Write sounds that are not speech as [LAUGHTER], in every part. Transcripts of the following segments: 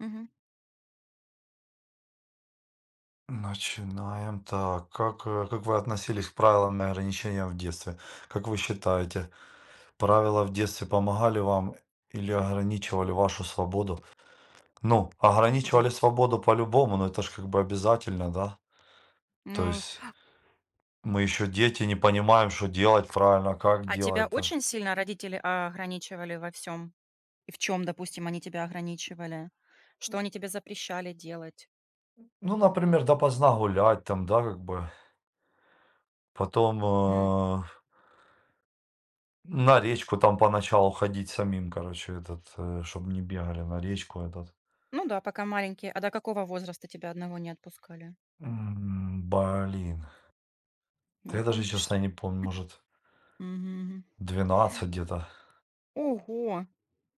Мгм. Начинаем так. Как, как вы относились к правилам и ограничениям в детстве? Как вы считаете, правила в детстве помогали вам или ограничивали вашу свободу? Ну, М. ограничивали свободу по-любому, но это же как бы обязательно, да? То Ну, есть мы еще дети, не понимаем, что делать правильно, как а тебя делать это. очень сильно родители ограничивали во всем. И в чем, допустим, они тебя ограничивали? Что они тебе запрещали делать? Ну, например, допоздна гулять там, да, как бы. Потом М. На речку там поначалу ходить самим, короче, этот, чтобы не бегали на речку этот. Ну да, пока маленький. А до какого возраста тебя одного не отпускали? Блин, да Не я даже, помнишь? честно, не помню, может, Мгм. 12 где-то. Ого!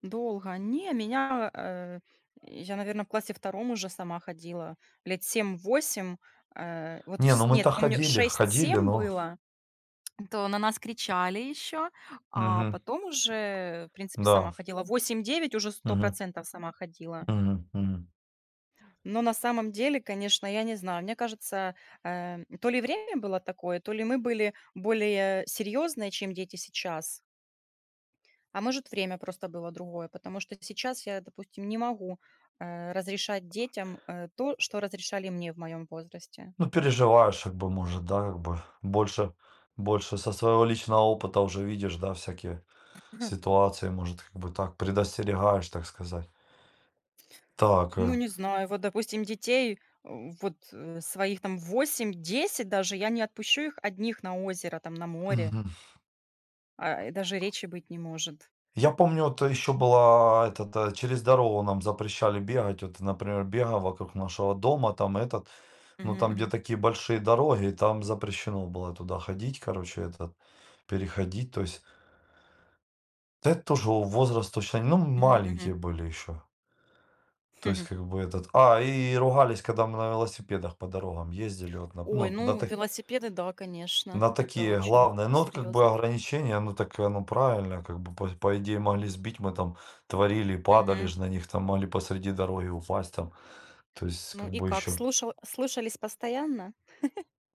Долго. Не, меня, э, Я, наверное, в классе втором уже сама ходила. Лет семь-восемь. Э, вот Не, ну вс Нет, мы-то помню, ходили, ходили, шесть-семь но было. То на нас кричали еще, а мгм. потом уже, в принципе, Да. сама ходила. Восемь-девять уже сто Мгм. процентов сама ходила. Мгм. Мгм. Но на самом деле, конечно, я не знаю, мне кажется, то ли время было такое, то ли мы были более серьезные, чем дети сейчас. А может, время просто было другое, потому что сейчас я, допустим, не могу, разрешать детям, то, что разрешали мне в моем возрасте. Ну, переживаешь, как бы, может, да, как бы больше со своего личного опыта уже видишь, да, всякие ситуации, может, как бы так предостерегаешь, так сказать. Так, Ну, не знаю, вот, допустим, э, вот, своих там восемь-десять даже, я не отпущу их одних на озеро, там, на море, мгм. а, и даже речи быть не может. Я помню, вот еще была этот, через дорогу нам запрещали бегать. Вот например, бегал вокруг нашего дома, там этот, ну, Мгм, там, где мгм, такие большие дороги, там запрещено было туда ходить, короче, этот, переходить. То есть, да это тоже о- возраст точно, ну, мгм, мгм, маленькие были еще. [LAUGHS] То есть, мгм. как бы этот... А, и ругались, когда мы на велосипедах по дорогам ездили, вот, на, Ой, ну, на, ну, та- велосипеды, да, конечно, на это такие очень главные. Ну, вот, как бы серьезно. ограничения, ну, так оно правильно, как бы, по идее, могли сбить, мы там творили, падали Мгм. же на них, там, могли посреди дороги упасть, там. То есть, Ну как и бы как, еще... слушались постоянно?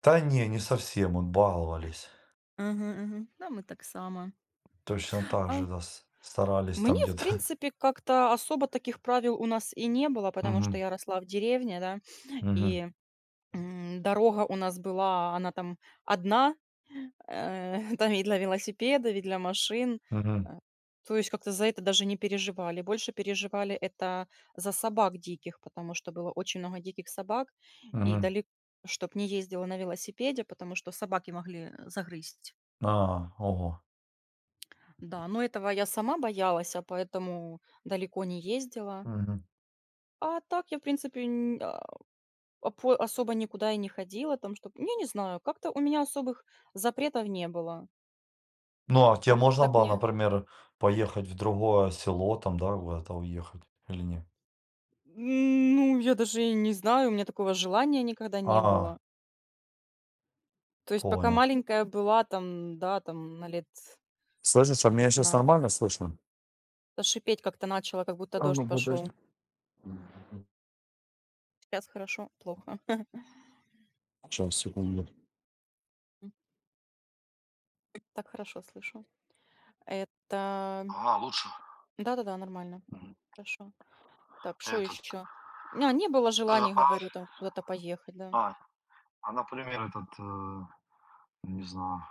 Да не, не совсем, вот, баловались. Мгм, мгм. Да, мы так само. Точно так А, же, да, с старались мне, там в где-то. принципе, как-то особо таких правил у нас и не было, [LAUGHS] потому что Мгм, я росла в деревне, да, мгм, и дорога у нас была, она там одна, [LAUGHS] там и для велосипедов, и для машин. мгм, Э, То есть как-то за это даже не переживали. Больше переживали это за собак диких, потому что было очень много диких собак, и мгм. далеко чтобы не ездила на велосипеде, потому что собаки могли загрызть. А, ого. Да, но этого я сама боялась, а поэтому далеко не ездила. Мгм. А так я, в принципе, н- а, А по особо никуда и не ходила там, чтоб я не знаю, как-то у меня особых запретов не было. Ну, а тебе Как-то можно так было, мне например, поехать в другое село там, да, куда-то уехать или нет? Ну, я даже и не знаю, у меня такого желания никогда не А, было. То есть пока понял. маленькая была, там, да, там на лет, Слышишь, а меня сейчас наверно, нормально слышно? да, как-то начала, как будто А дождь ну подожди. пошел. Сейчас хорошо, плохо. Сейчас, секунду. [LAUGHS] Так хорошо слышу. Это Ага, лучше Да-да-да, нормально, хорошо. Так, что этот, еще? А, не было э, желаний, а, говорю, там куда-то поехать, да. а, например, этот, не знаю.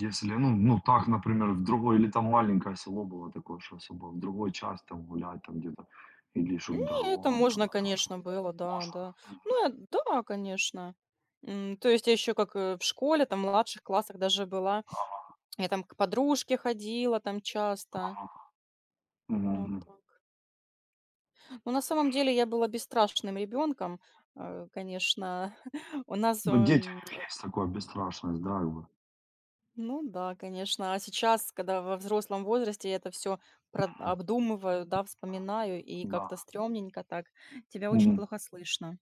Если, ну ну так, например, в другой или там маленькое село было такое, что особо в другой часть там гулять там где-то или еще к Не, это дорогам можно, туда тоже конечно, было, да, можно. да. Да, конечно. То есть я еще как, в школе, там, в младших классах даже была. Я там к подружке ходила там часто. Вот Мгм. так. Но на самом деле я была бесстрашным ребенком, конечно. [LAUGHS] У нас, Ну, дети, у эм, них есть такое, бесстрашность, да, как бы. ну да, конечно. А сейчас, когда во взрослом возрасте я это все прод Мгм. обдумываю, да, вспоминаю, и Да. как-то стрёмненько так. Тебя очень Мгм. плохо слышно.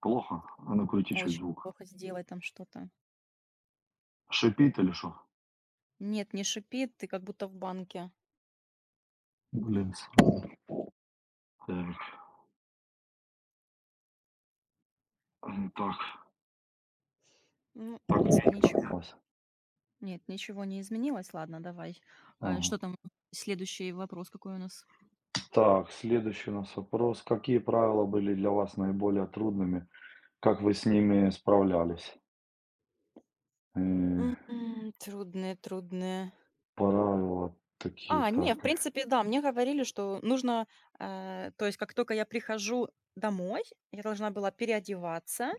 Плохо? А ну крути чуть Очень звук. плохо сделать там что-то. Шипит или что? Нет, не шипит, ты как будто в банке. Блин, с так, так, Ну, в принципе, ничего. класс. Нет, ничего не изменилось. Ладно, давай. А, Ага. что там? Следующий вопрос какой у нас? Так, следующий у нас вопрос. Какие правила были для вас наиболее трудными? Как вы с ними справлялись? Э. М, Трудные, трудные. Порадовало такие А, так. не, в принципе, да, мне говорили, что нужно, то есть как только я прихожу домой, я должна была переодеваться,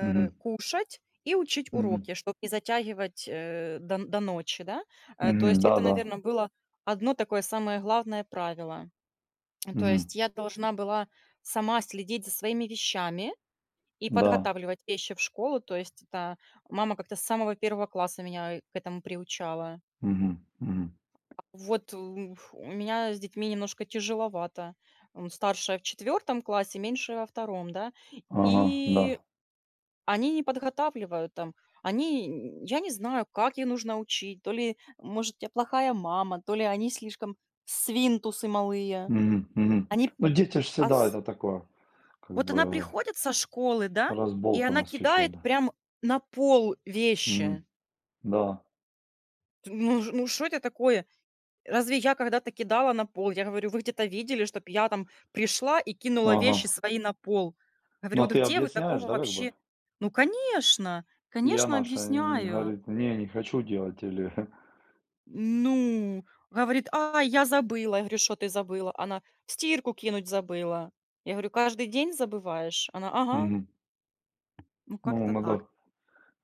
Мгм. кушать и учить Мгм. уроки, чтобы не затягивать до ночи, да. То Мгм. есть это, Да-да. наверное, было одно такое самое главное правило. То Мгм. есть я должна была сама следить за своими вещами и Да. подготавливать вещи в школу. То есть это мама как-то с самого первого класса меня и к этому приучала. Мгм. Мгм. Вот, у меня с детьми немножко тяжеловато. Старшая в четвертом классе, меньшая во втором, да. Ага, да. И они не подготавливают там. Они, н я не знаю, как их нужно учить. То ли, может, я плохая мама, то ли они слишком свинтусы малые. Мгм. Мгм. Они Ну, дети ж всегда ас это такое, как Вот она бы приходит со школы, да, и она разболтанность чуть-чуть, кидает да. прям на пол вещи. Мгм. Да. Т ну ж ну, что это такое? Разве я когда-то кидала на пол? Я говорю: "Вы где-то видели, чтобы я там пришла и кинула Ага. вещи свои на пол?" Говорю: Но "Вот ты где вы объясняешь, такого да, как бы? вообще". "Ну, конечно, И конечно, она что, объясняю". говорит: "Не, не хочу делать" или [LAUGHS] "Ну, — говорит, — а, я забыла". Я говорю: "Что ты забыла?" Она: "В стирку кинуть забыла". Я говорю: "Каждый день забываешь?" Она: "Ага". мгм. Ну, Ну, как-то так. надо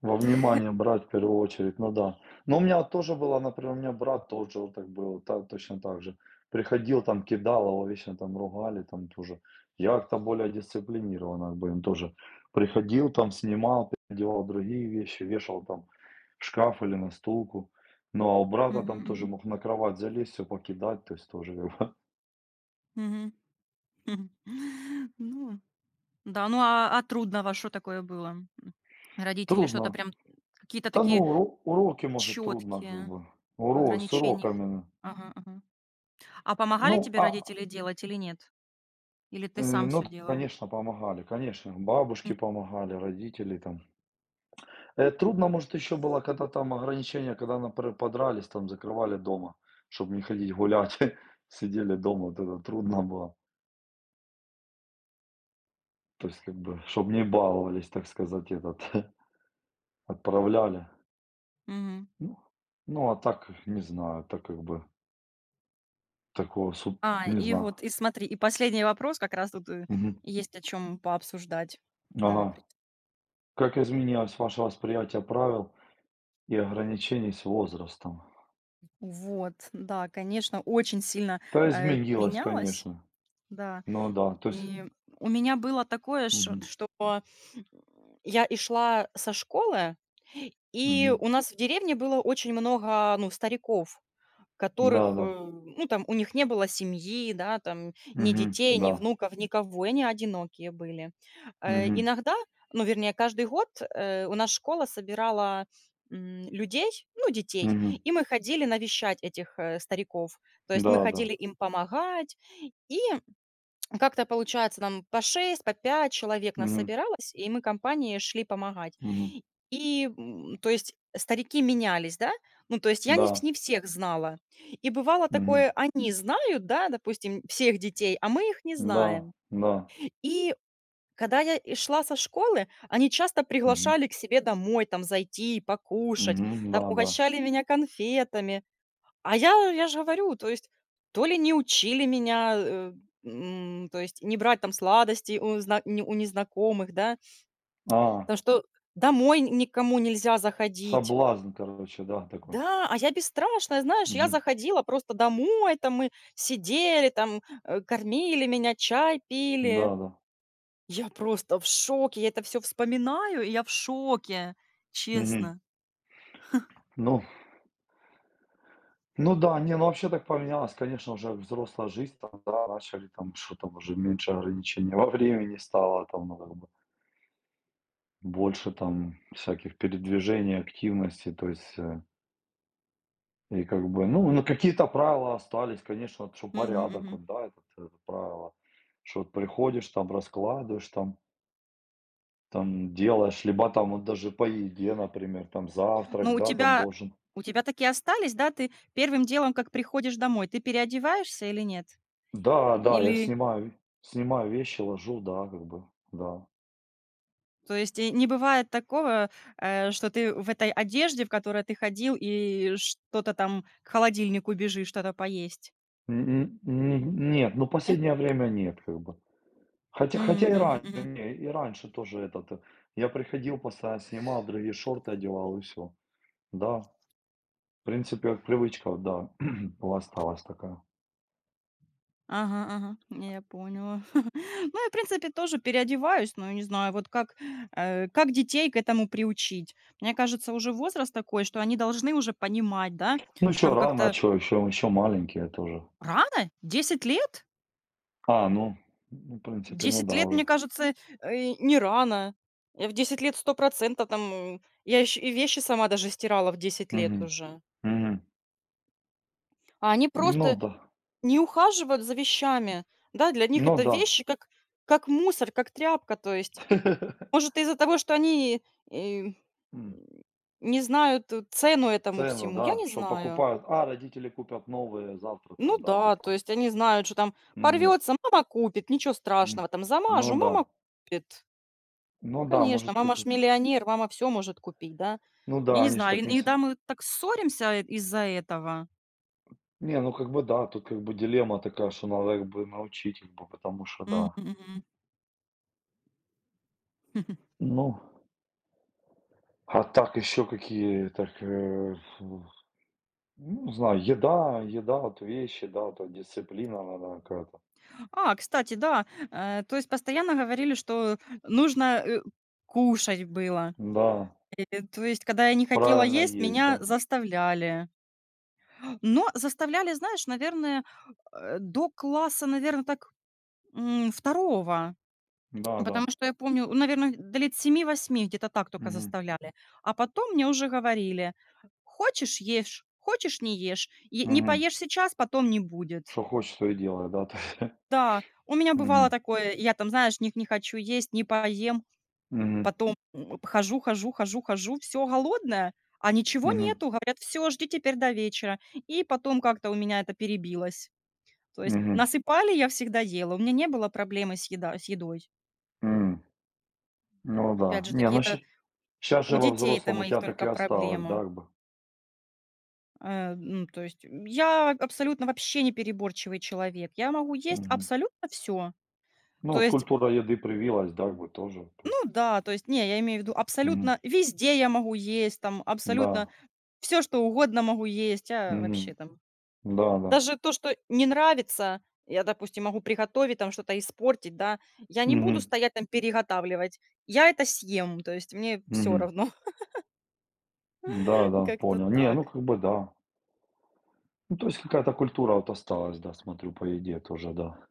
во внимание брать в первую очередь, ну да. Но у меня вот тоже было, например, у меня брат тоже вот так был, та- точно так же. Приходил там, кидал, его вечно там ругали там тоже. Я как-то более дисциплинированно, как бы им тоже приходил там, снимал, переодевал другие вещи, вешал там в шкаф или на стулку. Ну, а у брата Мгм, там тоже мгм, мог на кровать залезть, все покидать, то есть тоже как бы мгм. Мгм. [LAUGHS] Ну трудного что такое было? М. [LAUGHS] Родители что-то трудно. прям, какие-то Да ну, такие уро- уроки, может, трудно как четкие бы. С ограничения их уроками. ага, ага. А Ну, помогали тебе а родители делать или нет? Или ты сам ну все да, делал? конечно, помогали, конечно. Бабушки М, помогали, родители там. Э, трудно, может, еще было, когда там ограничения, когда, например, подрались, там закрывали дома, чтобы не ходить гулять, [LAUGHS] сидели дома, вот это трудно было. То есть, как бы, чтобы не баловались, так сказать, этот, [LAUGHS] отправляли. мгм. Ну, ну, а так, не знаю, так как бы, такого, суп, А, не и знаю. вот, и смотри, и последний вопрос, как раз тут, Мгм. есть о чем пообсуждать. Давай Ага. прочитаю. Как изменилось ваше восприятие правил и ограничений с возрастом? Вот, да, конечно, очень сильно, Да, изменилось, менялось. конечно. Да. Ну да, то есть И у меня было такое, ш мгм, что, я и шла со школы, и мгм. у нас в деревне было очень много, ну, стариков, которых, Да-да. ну, там, у них не было семьи, да, там, ни Мгм, детей, да. ни внуков, никого, и они одинокие были. Мгм, Иногда, ну, вернее, каждый год, у нас школа собирала, людей, ну, детей, мгм. и мы ходили навещать этих, стариков. То есть мы Да-да. ходили им помогать, и как-то, получается, нам по 6, по 5 человек нас Мгм, собиралось, и мы компанией шли помогать. мгм. И, то есть, старики менялись, да? Ну, то есть, я не Да. вс не всех знала. И бывало Мгм. такое, они знают, да, допустим, всех детей, а мы их не Да, знаем. да. И когда я и шла со школы, они часто Мгм, приглашали к себе домой, там, зайти, покушать, мгм. там, Да-да. угощали меня конфетами. Я ж говорю, то есть то ли не учили меня, то есть не брать там сладости у зна не у незнакомых, да, А, там, что домой никому нельзя заходить. соблазн, короче, да, такой. Да, а я бесстрашная, знаешь, я Мгм. заходила просто домой, там мы сидели, там, кормили меня, чай пили. Да-да. Я просто в шоке, я это все вспоминаю, и я в шоке, Мгм. честно. Ну ну да, не, ну вообще так поменялось, конечно, уже взрослая жизнь, там, да, начали там, что там, уже меньше ограничений во времени стало, там, ну, как бы больше там всяких передвижений, активности, то есть, э и как бы, какие-то правила остались, конечно, вот что Мгм, порядок, мгм. вот, да, это, т правило. Что вот приходишь, там раскладываешь, там там делаешь, либо там вот даже по еде, например, там Но завтрак, у да, там тебя должен у тебя такие остались, да? Ты первым делом, как приходишь домой, ты переодеваешься или нет? да, да, я Или, снимаю вещи, ложу, да, как бы, да. то есть, и не бывает такого, что ты в этой одежде, в которой ты ходил, и что-то там к холодильнику бежишь, что-то поесть? Н н н нет, ну, Не? последнее время нет, как бы. Хотя хотя и Мгм, раньше, мгм. не, и раньше тоже этот, я приходил, постоянно снимал, другие шорты одевал и все, да. В принципе, как привычка, вот, да, [CLEARS THROAT] была осталась такая. Ага, ага, не, я поняла. [LAUGHS] Ну, я, в принципе, тоже переодеваюсь, но не знаю, вот как, как детей к этому приучить? Мне кажется, уже возраст такой, что они должны уже понимать, да, Ну, еще там рано, а как-то. чё, еще маленькие тоже. Рано? 10 лет? А, ну, ну, в принципе, ну 10 да, лет, уже. мне кажется, не рано. Я в 10 лет 100% там, я еще и вещи сама даже стирала в десять лет Мгм, уже. мгм. А они Ну просто да, не ухаживают за вещами. Да, для них ну это да. вещи как мусор, как тряпка. То есть, [LAUGHS] может, из-за того, что они э, м, М, не знают цену этому цену, всему, я да, не что знаю. покупают. А, родители купят новые завтра Ну там, да, да, то типа. есть они знают, что там Мгм, порвется, мама купит, ничего м. страшного, там Ну замажу, да. мама купит. Ну да, Конечно, может, мама как ж вот миллионер, мама все может купить, да? ну Я да, не они ж знаю, и так не с иногда мы так ссоримся из-за этого. не, ну как бы да, тут как бы дилемма такая, что надо как бы научить, как бы, потому что Мгм, да. мгм. [LAUGHS] Ну а так еще какие, так, фу, ну, не знаю, еда, вот вещи, да, вот эта дисциплина, надо какая-то. А, кстати, да, то есть постоянно говорили, что нужно, кушать было. Да, То есть, когда я не хотела правильно есть, есть, меня да. заставляли. Но заставляли, знаешь, наверное, до класса, наверное, так, 2. Да-да. Потому что я помню, наверное, до лет семи-восьми где-то так только Мгм. заставляли. А потом мне уже говорили: "Хочешь — ешь, хочешь — не ешь. Е Не Мгм. поешь сейчас — потом не будет". Что хочешь, то и делай, да, то есть. Да, у [LAUGHS] меня бывало Мгм. такое, я там, знаешь, не хочу есть, не поем, Мгм. потом, хожу, хожу, хожу, хожу, все голодная, а ничего Мгм. нету. Говорят: "Все, жди теперь до вечера". И потом как-то у меня это перебилось. То есть Мгм. насыпали, я всегда ела, у меня не было проблемы с едой. М. Ну Опять да. же Не, такие ну это сейчас, щас У же во детей-то взрослом у моих тебя так и только осталось, да, проблема. как бы. Ну, то есть я абсолютно вообще не переборчивый человек. Я могу есть Мгм. абсолютно все. Ну, То вот есть, культура еды привилась, да, как бы тоже. То ну есть. да, то есть, не, я имею в виду, Мгм. абсолютно везде я могу есть, там, Да. абсолютно все, что угодно могу есть. Я вообще Мгм. там Да-да. даже то, что не нравится, я, допустим, могу приготовить, там что-то испортить, да, я не буду Мгм. стоять там переготавливать. Я это съем, то есть мне все Мгм. равно. Да, [LAUGHS] да, Как-то понял. Не, так. ну как бы да. Ну, то есть какая-то культура вот осталась, да, смотрю, по еде тоже, да.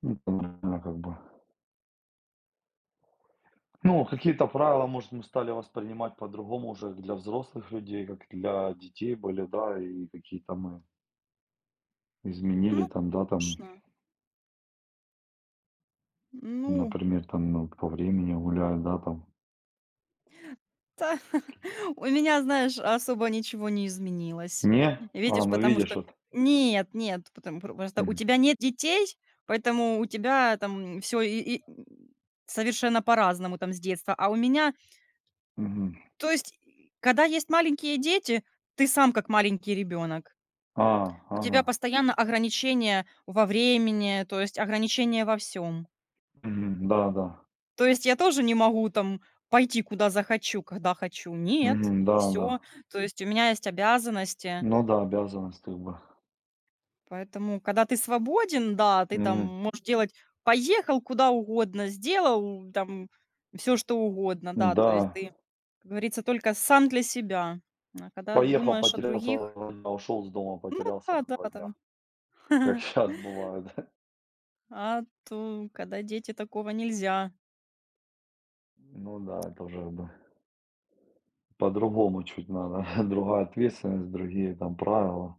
Ну, это нормально как бы. Ну, какие-то правила, может, мы стали воспринимать по-другому уже для взрослых людей, как для детей были, да, и какие-то мы изменили Ну, там, да, там, конечно, ну, например, там, ну, по времени гуляют, да, там. та у меня, знаешь, особо ничего не изменилось. Не? А, Видишь, ну потому видишь, что вот. нет, нет, потому пр просто у Мгм. тебя нет детей, поэтому у тебя там все и совершенно по-разному там с детства. А у меня Мгм. то есть, и когда есть маленькие дети, ты сам как маленький ребенок. А, У ага. тебя постоянно ограничения во времени, то есть ограничения во всем. Мгм. Да, да. То есть я тоже не могу там пойти куда захочу, когда хочу. Нет, Мгм. Да, да. все. То есть у меня есть обязанности. Ну да, обязанность как бы. Поэтому, когда ты свободен, да, ты там Мгм. можешь делать, поехал куда угодно, сделал там все что угодно, да. То есть Да. ты, как говорится, только сам для себя. А когда Поехал, думаешь о потерялся, других, 2 дня, ушел с дома, ну потерялся да, на 2 да, дня, там. как [LAUGHS] сейчас бывает. [LAUGHS] А то когда дети, такого нельзя. Ну да, это уже, да, по-другому чуть надо, [LAUGHS] другая ответственность, другие там правила.